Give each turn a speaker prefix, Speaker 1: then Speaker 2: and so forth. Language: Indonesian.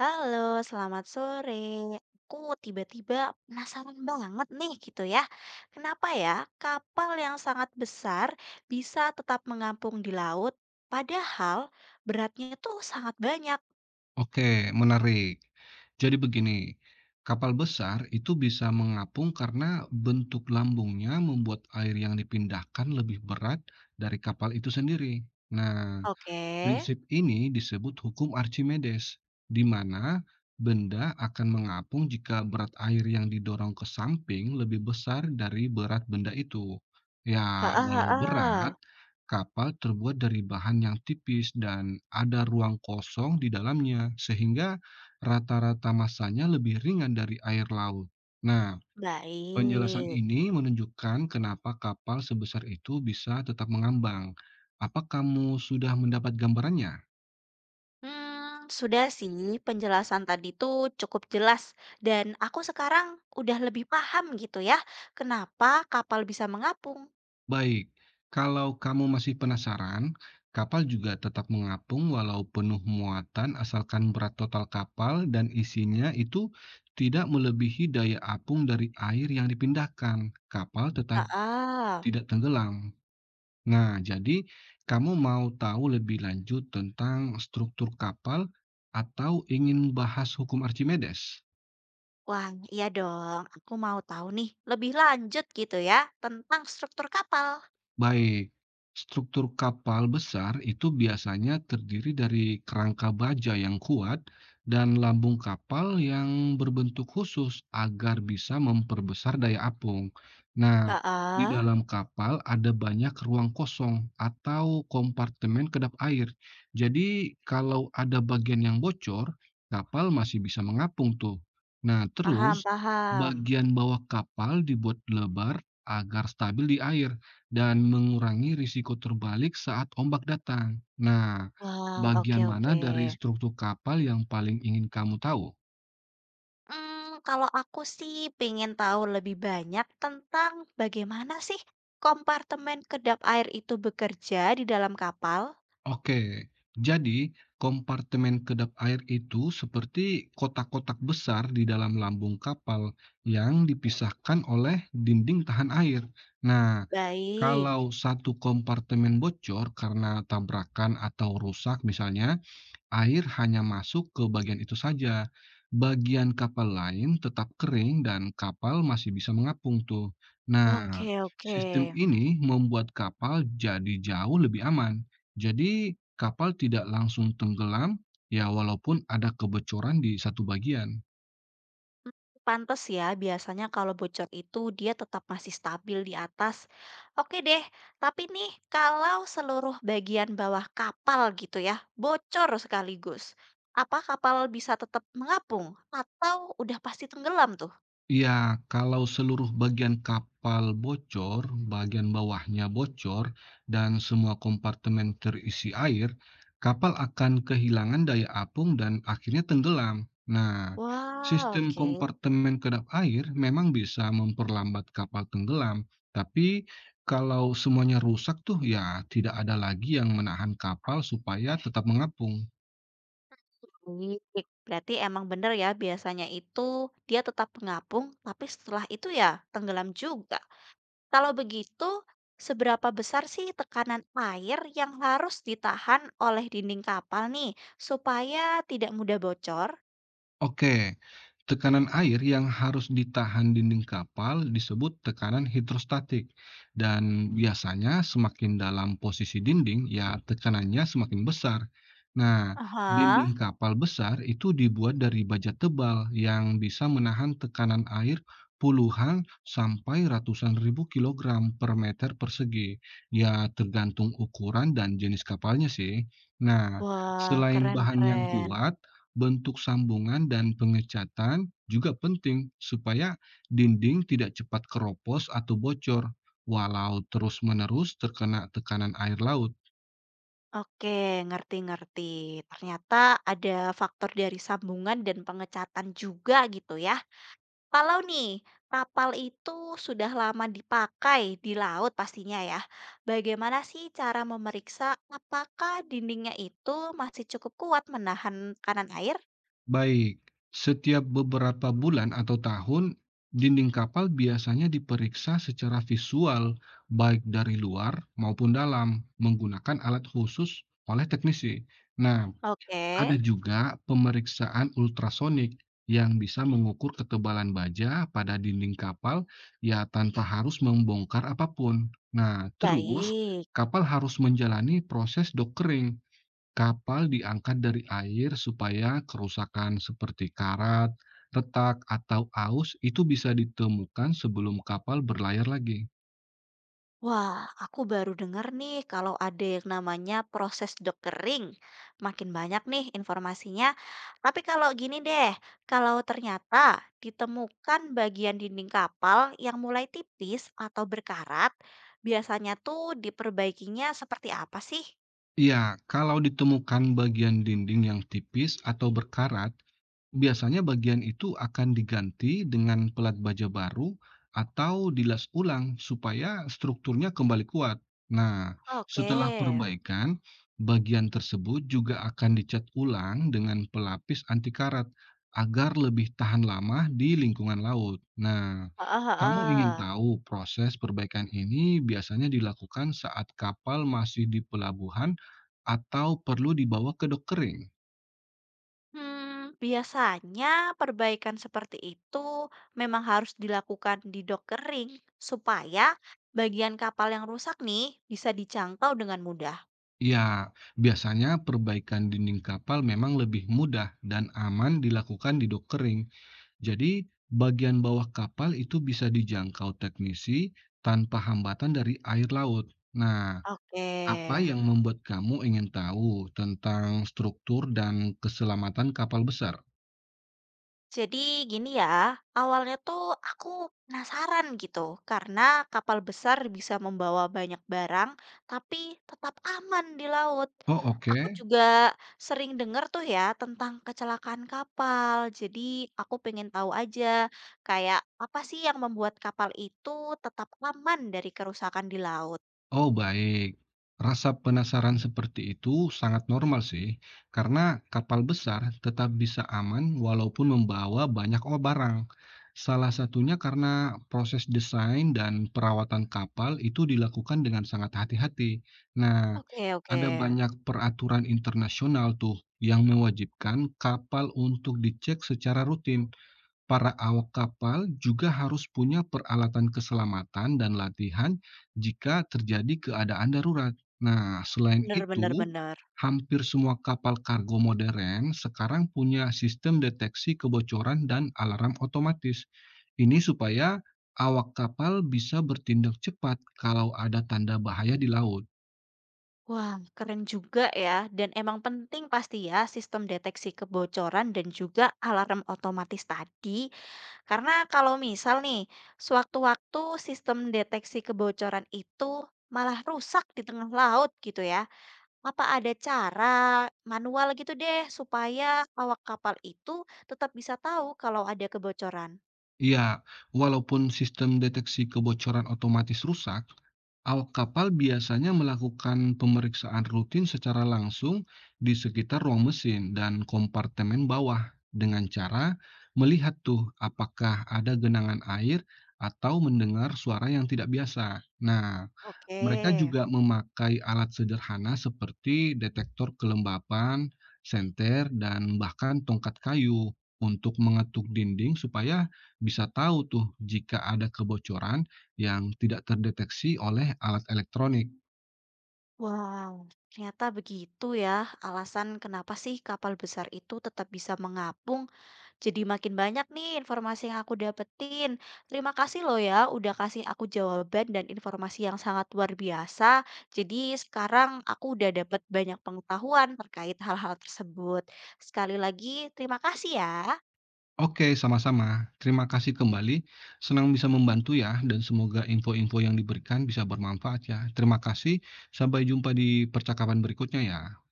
Speaker 1: Halo, selamat sore. Aku tiba-tiba penasaran banget nih gitu ya. Kenapa ya kapal yang sangat besar bisa tetap mengapung di laut, padahal beratnya itu sangat banyak.
Speaker 2: Oke, menarik. Jadi begini, kapal besar itu bisa mengapung karena bentuk lambungnya membuat air yang dipindahkan lebih berat dari kapal itu sendiri. Nah,
Speaker 1: Oke.
Speaker 2: prinsip ini disebut hukum Archimedes, di mana benda akan mengapung jika berat air yang didorong ke samping lebih besar dari berat benda itu. Ya,
Speaker 1: Heeh,
Speaker 2: walau
Speaker 1: heeh.
Speaker 2: berat, kapal terbuat dari bahan yang tipis dan ada ruang kosong di dalamnya, sehingga rata-rata masanya lebih ringan dari air laut. Nah, penjelasan
Speaker 1: Baik.
Speaker 2: ini menunjukkan kenapa kapal sebesar itu bisa tetap mengambang. Apa kamu sudah mendapat gambarannya?
Speaker 1: Sudah sih penjelasan tadi tuh cukup jelas dan aku sekarang udah lebih paham gitu ya, kenapa kapal bisa mengapung.
Speaker 2: Baik, kalau kamu masih penasaran, kapal juga tetap mengapung walau penuh muatan asalkan berat total kapal dan isinya itu tidak melebihi daya apung dari air yang dipindahkan. Kapal tetap
Speaker 1: Heeh.
Speaker 2: tidak tenggelam. Nah, jadi kamu mau tahu lebih lanjut tentang struktur kapal atau ingin bahas hukum Archimedes?
Speaker 1: Wah, iya dong. Aku mau tahu nih lebih lanjut gitu ya tentang struktur kapal.
Speaker 2: Baik, struktur kapal besar itu biasanya terdiri dari kerangka baja yang kuat dan lambung kapal yang berbentuk khusus agar bisa memperbesar daya apung. Nah, di
Speaker 1: Heeh,
Speaker 2: dalam kapal ada banyak ruang kosong atau kompartemen kedap air. Jadi, kalau ada bagian yang bocor, kapal masih bisa mengapung tuh. Nah,
Speaker 1: paham,
Speaker 2: terus
Speaker 1: paham.
Speaker 2: bagian bawah kapal dibuat lebar agar stabil di air dan mengurangi risiko terbalik saat ombak datang. Nah,
Speaker 1: Wah, oke,
Speaker 2: bagian mana
Speaker 1: oke.
Speaker 2: dari struktur kapal yang paling ingin kamu tahu?
Speaker 1: Hmm, Kalau aku sih pengen tahu lebih banyak tentang bagaimana sih kompartemen kedap air itu bekerja di dalam kapal.
Speaker 2: Oke, jadi kompartemen kedap air itu seperti kotak-kotak besar di dalam lambung kapal yang dipisahkan oleh dinding tahan air. Nah, kalau
Speaker 1: Baik.
Speaker 2: satu kompartemen bocor karena tabrakan atau rusak misalnya, air hanya masuk ke bagian itu saja. Bagian kapal lain tetap kering dan kapal masih bisa mengapung tuh. Nah,
Speaker 1: Oke, oke.
Speaker 2: sistem ini membuat kapal jadi jauh lebih aman. Jadi kapal tidak langsung tenggelam, ya walaupun ada kebocoran di satu bagian.
Speaker 1: Mmm, Pantes ya biasanya kalau bocor itu dia tetap masih stabil di atas. Oke deh, tapi nih kalau seluruh bagian bawah kapal gitu ya, bocor sekaligus. Apa kapal bisa tetap mengapung atau udah pasti tenggelam tuh?
Speaker 2: Ya, kalau seluruh bagian kapal bocor, bagian bawahnya bocor, dan semua kompartemen terisi air, kapal akan kehilangan daya apung dan akhirnya tenggelam. Nah,
Speaker 1: Wah,
Speaker 2: sistem
Speaker 1: oke,
Speaker 2: kompartemen kedap air memang bisa memperlambat kapal tenggelam, tapi kalau semuanya rusak tuh ya tidak ada lagi yang menahan kapal supaya tetap mengapung.
Speaker 1: baik. Berarti emang bener ya biasanya itu dia tetap mengapung, tapi setelah itu ya tenggelam juga. Kalau begitu, seberapa besar sih tekanan air yang harus ditahan oleh dinding kapal nih supaya tidak mudah bocor?
Speaker 2: Oke, tekanan air yang harus ditahan dinding kapal disebut tekanan hidrostatik. Dan biasanya semakin dalam posisi dinding, ya tekanannya semakin besar. Nah,
Speaker 1: Aha,
Speaker 2: dinding kapal besar itu dibuat dari baja tebal yang bisa menahan tekanan air puluhan sampai ratusan ribu kilogram per meter persegi. Ya, tergantung ukuran dan jenis kapalnya sih. Nah,
Speaker 1: wah,
Speaker 2: selain bahan yang
Speaker 1: keren-keren.
Speaker 2: kuat, bentuk sambungan dan pengecatan juga penting supaya dinding tidak cepat keropos atau bocor walau terus-menerus terkena tekanan air laut.
Speaker 1: Oke, ngerti-ngerti. Ternyata ada faktor dari sambungan dan pengecatan juga gitu ya. Kalau nih, kapal itu sudah lama dipakai di laut pastinya ya. Bagaimana sih cara memeriksa apakah dindingnya itu masih cukup kuat menahan tekanan air?
Speaker 2: Baik, setiap beberapa bulan atau tahun, dinding kapal biasanya diperiksa secara visual, baik dari luar maupun dalam, menggunakan alat khusus oleh teknisi. Nah,
Speaker 1: Oke,
Speaker 2: ada juga pemeriksaan ultrasonik yang bisa mengukur ketebalan baja pada dinding kapal ya tanpa harus membongkar apapun. Nah, terus
Speaker 1: baik.
Speaker 2: kapal harus menjalani proses dockering. Kapal diangkat dari air supaya kerusakan seperti karat, retak, atau aus itu bisa ditemukan sebelum kapal berlayar lagi.
Speaker 1: Wah, aku baru dengar nih kalau ada yang namanya proses dok kering. Makin banyak nih informasinya. Tapi kalau gini deh, kalau ternyata ditemukan bagian dinding kapal yang mulai tipis atau berkarat, biasanya tuh diperbaikinya seperti apa sih?
Speaker 2: Ya, kalau ditemukan bagian dinding yang tipis atau berkarat, biasanya bagian itu akan diganti dengan pelat baja baru atau dilas ulang supaya strukturnya kembali kuat. Nah,
Speaker 1: Oke,
Speaker 2: setelah perbaikan, bagian tersebut juga akan dicat ulang dengan pelapis anti karat agar lebih tahan lama di lingkungan laut. Nah,
Speaker 1: heeh,
Speaker 2: kamu ingin
Speaker 1: heeh.
Speaker 2: tahu proses perbaikan ini biasanya dilakukan saat kapal masih di pelabuhan atau perlu dibawa ke dok kering?
Speaker 1: Biasanya perbaikan seperti itu memang harus dilakukan di dok kering supaya bagian kapal yang rusak nih bisa dijangkau dengan mudah.
Speaker 2: Ya, biasanya perbaikan dinding kapal memang lebih mudah dan aman dilakukan di dok kering. Jadi, bagian bawah kapal itu bisa dijangkau teknisi tanpa hambatan dari air laut. Nah,
Speaker 1: Oke.
Speaker 2: apa yang membuat kamu ingin tahu tentang struktur dan keselamatan kapal besar?
Speaker 1: Jadi gini ya, awalnya tuh aku penasaran gitu, karena kapal besar bisa membawa banyak barang, tapi tetap aman di laut.
Speaker 2: Oh, oke.
Speaker 1: Aku juga sering dengar tuh ya tentang kecelakaan kapal, jadi aku pengen tahu aja kayak apa sih yang membuat kapal itu tetap aman dari kerusakan di laut.
Speaker 2: Oh, baik. Rasa penasaran seperti itu sangat normal sih, karena kapal besar tetap bisa aman walaupun membawa banyak barang. Salah satunya karena proses desain dan perawatan kapal itu dilakukan dengan sangat hati-hati. Nah,
Speaker 1: Oke, oke.
Speaker 2: ada banyak peraturan internasional tuh yang mewajibkan kapal untuk dicek secara rutin. Para awak kapal juga harus punya peralatan keselamatan dan latihan jika terjadi keadaan darurat. Nah, selain
Speaker 1: Bener,
Speaker 2: itu,
Speaker 1: bener, bener.
Speaker 2: hampir semua kapal kargo modern sekarang punya sistem deteksi kebocoran dan alarm otomatis. Ini supaya awak kapal bisa bertindak cepat kalau ada tanda bahaya di laut.
Speaker 1: Wah, keren juga ya. Dan emang penting pasti ya sistem deteksi kebocoran dan juga alarm otomatis tadi. Karena kalau misal nih, sewaktu-waktu sistem deteksi kebocoran itu malah rusak di tengah laut gitu ya. Apa ada cara manual gitu deh supaya awak kapal itu tetap bisa tahu kalau ada kebocoran?
Speaker 2: Iya, walaupun sistem deteksi kebocoran otomatis rusak, awak kapal biasanya melakukan pemeriksaan rutin secara langsung di sekitar ruang mesin dan kompartemen bawah dengan cara melihat tuh apakah ada genangan air atau mendengar suara yang tidak biasa. Nah,
Speaker 1: Oke,
Speaker 2: mereka juga memakai alat sederhana seperti detektor kelembapan, senter, dan bahkan tongkat kayu untuk mengetuk dinding supaya bisa tahu tuh jika ada kebocoran yang tidak terdeteksi oleh alat elektronik.
Speaker 1: wow, ternyata begitu ya alasan kenapa sih kapal besar itu tetap bisa mengapung. Jadi makin banyak nih informasi yang aku dapetin. Terima kasih loh ya udah kasih aku jawaban dan informasi yang sangat luar biasa. Jadi sekarang aku udah dapet banyak pengetahuan terkait hal-hal tersebut. Sekali lagi terima kasih ya.
Speaker 2: Oke, sama-sama. Terima kasih kembali. Senang bisa membantu ya, dan semoga info-info yang diberikan bisa bermanfaat ya. Terima kasih. Sampai jumpa di percakapan berikutnya ya.